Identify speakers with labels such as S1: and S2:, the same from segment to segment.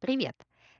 S1: Привет.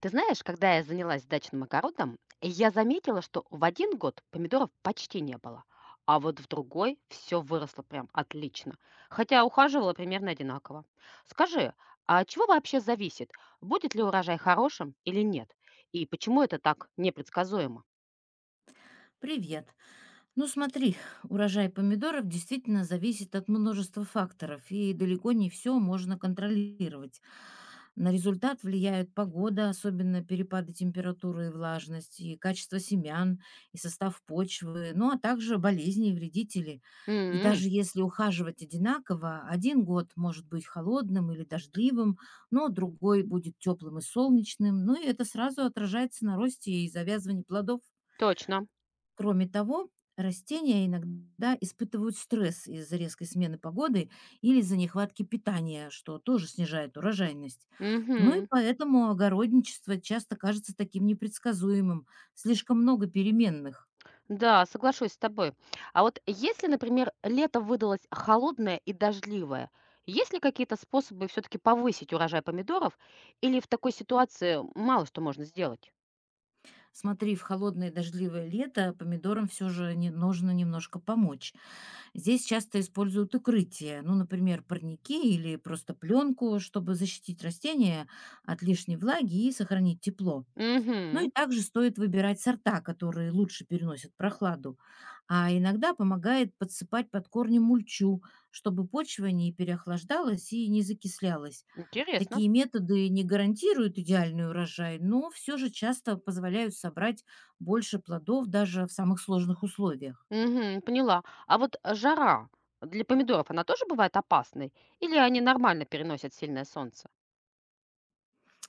S1: Ты знаешь, когда я занялась дачным огородом, я заметила, что в один год помидоров почти не было, а вот в другой все выросло прям отлично, хотя ухаживала примерно одинаково. Скажи, а от чего вообще зависит, будет ли урожай хорошим или нет? И почему это так непредсказуемо?
S2: Привет. Ну смотри, урожай помидоров действительно зависит от множества факторов, и далеко не все можно контролировать. На результат влияют погода, особенно перепады температуры и влажности, и качество семян, и состав почвы, ну а также болезни и вредители. И
S1: М,
S2: даже если ухаживать одинаково, один год может быть холодным или дождливым, но другой будет теплым и солнечным, ну и это сразу отражается на росте и завязывании плодов.
S1: точно.
S2: Кроме того, растения иногда испытывают стресс из-за резкой смены погоды или из-за нехватки питания, что тоже снижает урожайность. Ну и
S1: Мгм.
S2: поэтому огородничество часто кажется таким непредсказуемым, слишком много переменных.
S1: Да, соглашусь с тобой. А вот если, например, лето выдалось холодное и дождливое, есть ли какие-то способы все-таки повысить урожай помидоров? Или в такой ситуации мало что можно сделать?
S2: Смотри, в холодное и дождливое лето помидорам все же нужно немножко помочь. Здесь часто используют укрытие, ну, например, парники или просто пленку, чтобы защитить растения от лишней влаги и сохранить тепло. Ну и
S1: Угу,
S2: также стоит выбирать сорта, которые лучше переносят прохладу. А иногда помогает подсыпать под корни мульчу, чтобы почва не переохлаждалась и не закислялась.
S1: интересно.
S2: Такие методы не гарантируют идеальный урожай, но все же часто позволяют собрать больше плодов даже в самых сложных условиях.
S1: Угу, поняла. А вот жара для помидоров, она тоже бывает опасной? Или они нормально переносят сильное солнце?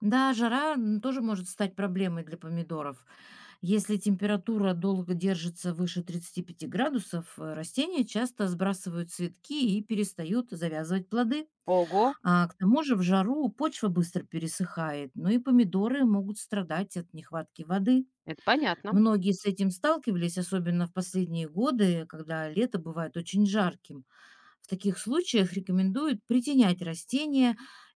S2: Да, жара тоже может стать проблемой для помидоров. Если температура долго держится выше 35 градусов, растения часто сбрасывают цветки и перестают завязывать плоды.
S1: Ого,
S2: А к тому же в жару почва быстро пересыхает, но и помидоры могут страдать от нехватки воды.
S1: это понятно.
S2: Многие с этим сталкивались, особенно в последние годы, когда лето бывает очень жарким. В таких случаях рекомендуют притенять растения,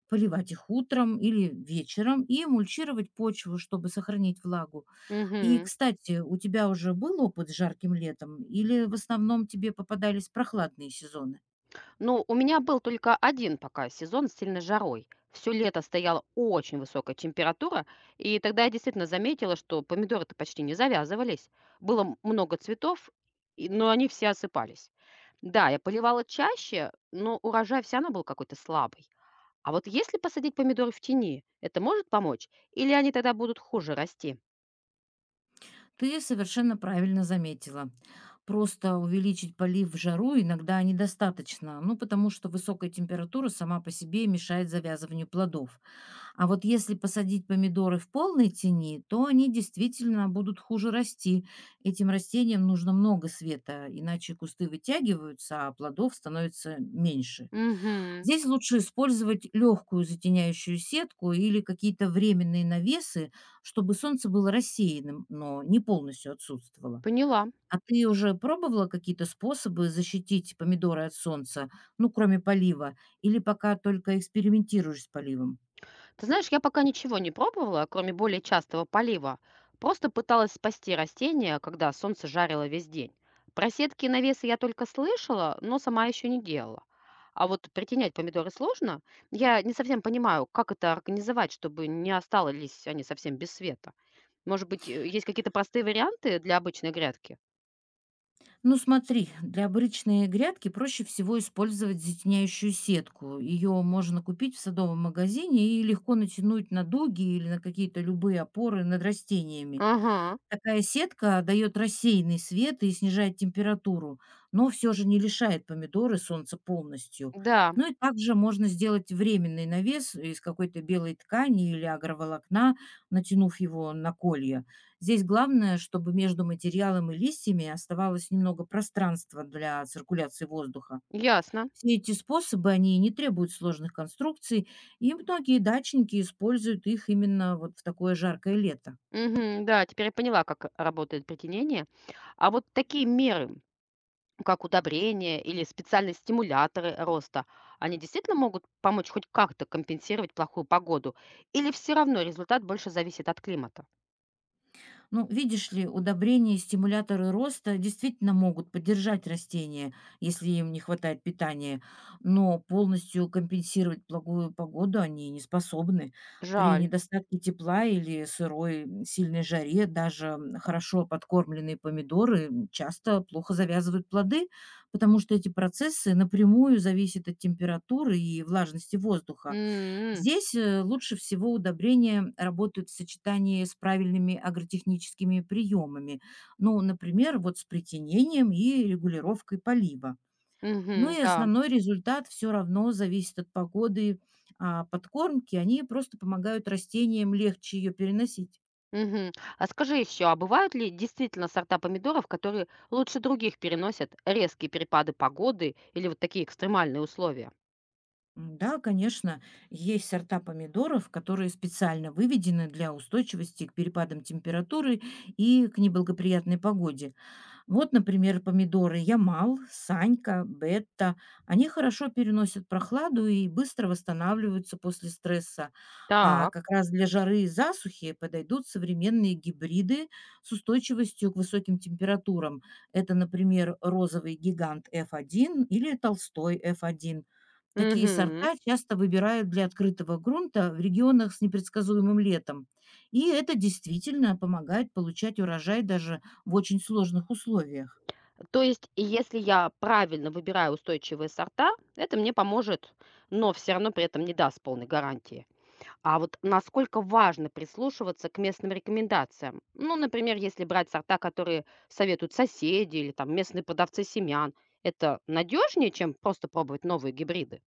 S2: поливать их утром или вечером и мульчировать почву, чтобы сохранить влагу. И,
S1: Угу.
S2: кстати, у тебя уже был опыт с жарким летом или в основном тебе попадались прохладные сезоны?
S1: Ну, у меня был только один пока сезон с сильной жарой. Всё лето стояла очень высокая температура, и тогда я действительно заметила, что помидоры-то почти не завязывались. Было много цветов, но они все осыпались. Да, я поливала чаще, но урожай всё равно был какой-то слабый. А вот если посадить помидоры в тени, это может помочь? Или они тогда будут хуже расти?
S2: Ты совершенно правильно заметила. Просто увеличить полив в жару иногда недостаточно, ну потому что высокая температура сама по себе мешает завязыванию плодов. А вот если посадить помидоры в полной тени, то они действительно будут хуже расти. Этим растениям нужно много света, иначе кусты вытягиваются, а плодов становится меньше.
S1: Мгм.
S2: Здесь лучше использовать легкую затеняющую сетку или какие-то временные навесы, чтобы солнце было рассеянным, но не полностью отсутствовало.
S1: Поняла.
S2: А ты уже пробовала какие-то способы защитить помидоры от солнца, ну, кроме полива, или пока только экспериментируешь с поливом?
S1: Ты знаешь, я пока ничего не пробовала, кроме более частого полива. Просто пыталась спасти растения, когда солнце жарило весь день. Про сетки и навесы я только слышала, но сама еще не делала. А вот притенять помидоры сложно. Я не совсем понимаю, как это организовать, чтобы не остались они совсем без света. Может быть, есть какие-то простые варианты для обычной грядки?
S2: Ну, смотри, для обычной грядки проще всего использовать затеняющую сетку. Ее можно купить в садовом магазине и легко натянуть на дуги или на какие-то любые опоры над растениями.
S1: Ага,
S2: Такая сетка дает рассеянный свет и снижает температуру, но все же не лишает помидоры солнца полностью.
S1: да,
S2: Ну и также можно сделать временный навес из какой-то белой ткани или агроволокна, натянув его на колья. Здесь главное, чтобы между материалом и листьями оставалось немного пространства для циркуляции воздуха.
S1: ясно.
S2: Все эти способы, они не требуют сложных конструкций, и многие дачники используют их именно вот в такое жаркое лето.
S1: Мгм, да, теперь я поняла, как работает притенение. А вот такие меры как удобрения или специальные стимуляторы роста, они действительно могут помочь хоть как-то компенсировать плохую погоду? Или все равно результат больше зависит от климата?
S2: Ну, видишь ли, удобрения и стимуляторы роста действительно могут поддержать растения, если им не хватает питания, но полностью компенсировать плохую погоду они не способны. При
S1: Жаль.
S2: недостатке тепла или сырой сильной жаре даже хорошо подкормленные помидоры часто плохо завязывают плоды, потому что эти процессы напрямую зависят от температуры и влажности воздуха.
S1: М,
S2: Здесь лучше всего удобрения работают в сочетании с правильными агротехническими приемами, ну, например, вот с притенением и регулировкой полива. Ну
S1: мгм,
S2: и
S1: да.
S2: основной результат все равно зависит от погоды, а подкормки, они просто помогают растениям легче ее переносить.
S1: Мгм. А скажи еще, а бывают ли действительно сорта помидоров, которые лучше других переносят резкие перепады погоды или вот такие экстремальные условия?
S2: Да, конечно, есть сорта помидоров, которые специально выведены для устойчивости к перепадам температуры и к неблагоприятной погоде. Вот, например, помидоры Ямал, Санька, Бетта. Они хорошо переносят прохладу и быстро восстанавливаются после стресса. А
S1: Так.
S2: как раз для жары и засухи подойдут современные гибриды с устойчивостью к высоким температурам. Это, например, розовый гигант F1 или толстой F1. Такие
S1: Угу.
S2: сорта часто выбирают для открытого грунта в регионах с непредсказуемым летом. И это действительно помогает получать урожай даже в очень сложных условиях.
S1: То есть, и если я правильно выбираю устойчивые сорта, это мне поможет, но все равно при этом не даст полной гарантии. А вот насколько важно прислушиваться к местным рекомендациям? Ну, например, если брать сорта, которые советуют соседи или там местные продавцы семян, это надежнее, чем просто пробовать новые гибриды?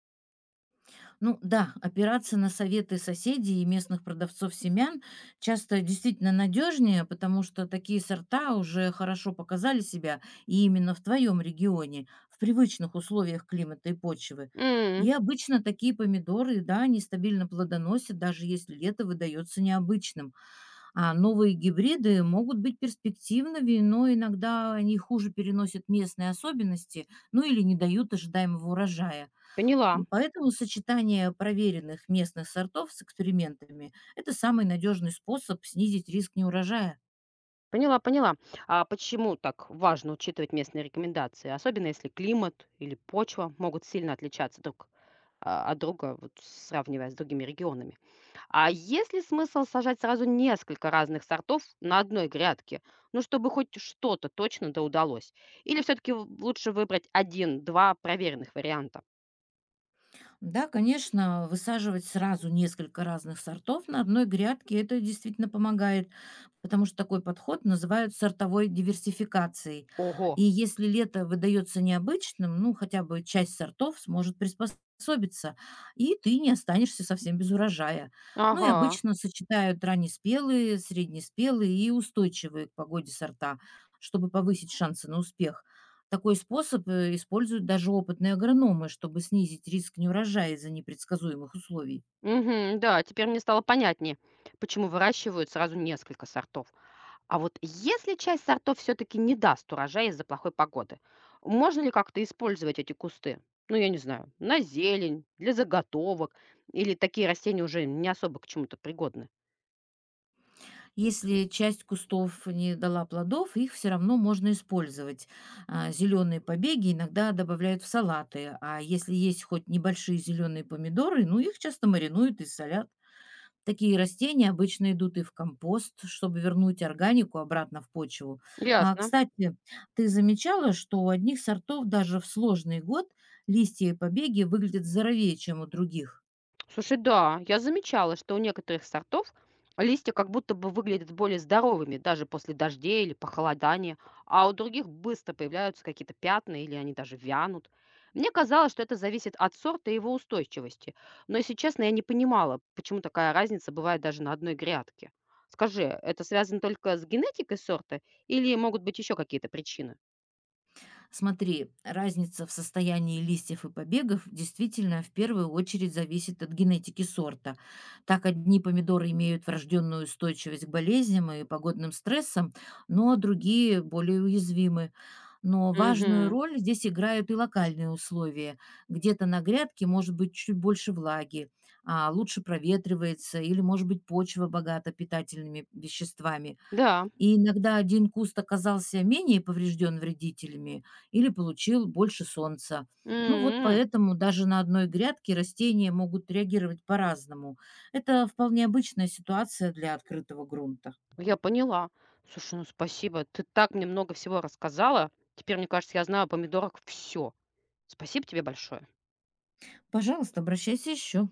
S2: Ну да, опираться на советы соседей и местных продавцов семян часто действительно надежнее, потому что такие сорта уже хорошо показали себя и именно в твоем регионе, в привычных условиях климата и почвы.
S1: М,
S2: И обычно такие помидоры, да, они стабильно плодоносят, даже если лето выдается необычным. А новые гибриды могут быть перспективными, но иногда они хуже переносят местные особенности, ну или не дают ожидаемого урожая.
S1: поняла.
S2: Поэтому сочетание проверенных местных сортов с экспериментами– это самый надежный способ снизить риск неурожая.
S1: Поняла, поняла. А почему так важно учитывать местные рекомендации, особенно если климат или почва могут сильно отличаться друг от друга, вот сравнивая с другими регионами? А есть ли смысл сажать сразу несколько разных сортов на одной грядке, ну, чтобы хоть что-то точно да удалось? Или все-таки лучше выбрать один-два проверенных варианта?
S2: Да, конечно, высаживать сразу несколько разных сортов на одной грядке это действительно помогает, потому что такой подход называют сортовой диверсификацией.
S1: Ого,
S2: И если лето выдается необычным, ну, хотя бы часть сортов сможет приспособиться, и ты не останешься совсем без урожая. Ну и
S1: ага,
S2: обычно сочетают раннеспелые, среднеспелые и устойчивые к погоде сорта, чтобы повысить шансы на успех. Такой способ используют даже опытные агрономы, чтобы снизить риск неурожая из-за непредсказуемых условий.
S1: мгм, да, теперь мне стало понятнее, почему выращивают сразу несколько сортов. А вот если часть сортов все-таки не даст урожая из-за плохой погоды, можно ли как-то использовать эти кусты? Ну, я не знаю, на зелень, для заготовок, или такие растения уже не особо к чему-то пригодны?
S2: Если часть кустов не дала плодов, их все равно можно использовать. Зеленые побеги иногда добавляют в салаты, а если есть хоть небольшие зеленые помидоры, ну их часто маринуют и солят. Такие растения обычно идут и в компост, чтобы вернуть органику обратно в почву. А,
S1: Ясно.
S2: кстати, ты замечала, что у одних сортов даже в сложный год листья и побеги выглядят здоровее, чем у других?
S1: Слушай, да, я замечала, что у некоторых сортов листья как будто бы выглядят более здоровыми даже после дождей или похолодания, а у других быстро появляются какие-то пятна или они даже вянут. Мне казалось, что это зависит от сорта и его устойчивости, но, если честно, я не понимала, почему такая разница бывает даже на одной грядке. Скажи, это связано только с генетикой сорта или могут быть еще какие-то причины?
S2: Смотри, разница в состоянии листьев и побегов действительно в первую очередь зависит от генетики сорта. Так одни помидоры имеют врожденную устойчивость к болезням и погодным стрессам, но другие более уязвимы. Но важную
S1: Угу.
S2: роль здесь играют и локальные условия. Где-то на грядке может быть чуть больше влаги, а лучше проветривается или, может быть, почва богата питательными веществами.
S1: Да.
S2: И иногда один куст оказался менее поврежден вредителями или получил больше солнца. Ну вот
S1: М,
S2: поэтому даже на одной грядке растения могут реагировать по-разному. Это вполне обычная ситуация для открытого грунта.
S1: я поняла. Слушай, ну спасибо. Ты так мне много всего рассказала. Теперь, мне кажется, я знаю о помидорах все. Спасибо тебе большое.
S2: Пожалуйста, обращайся еще.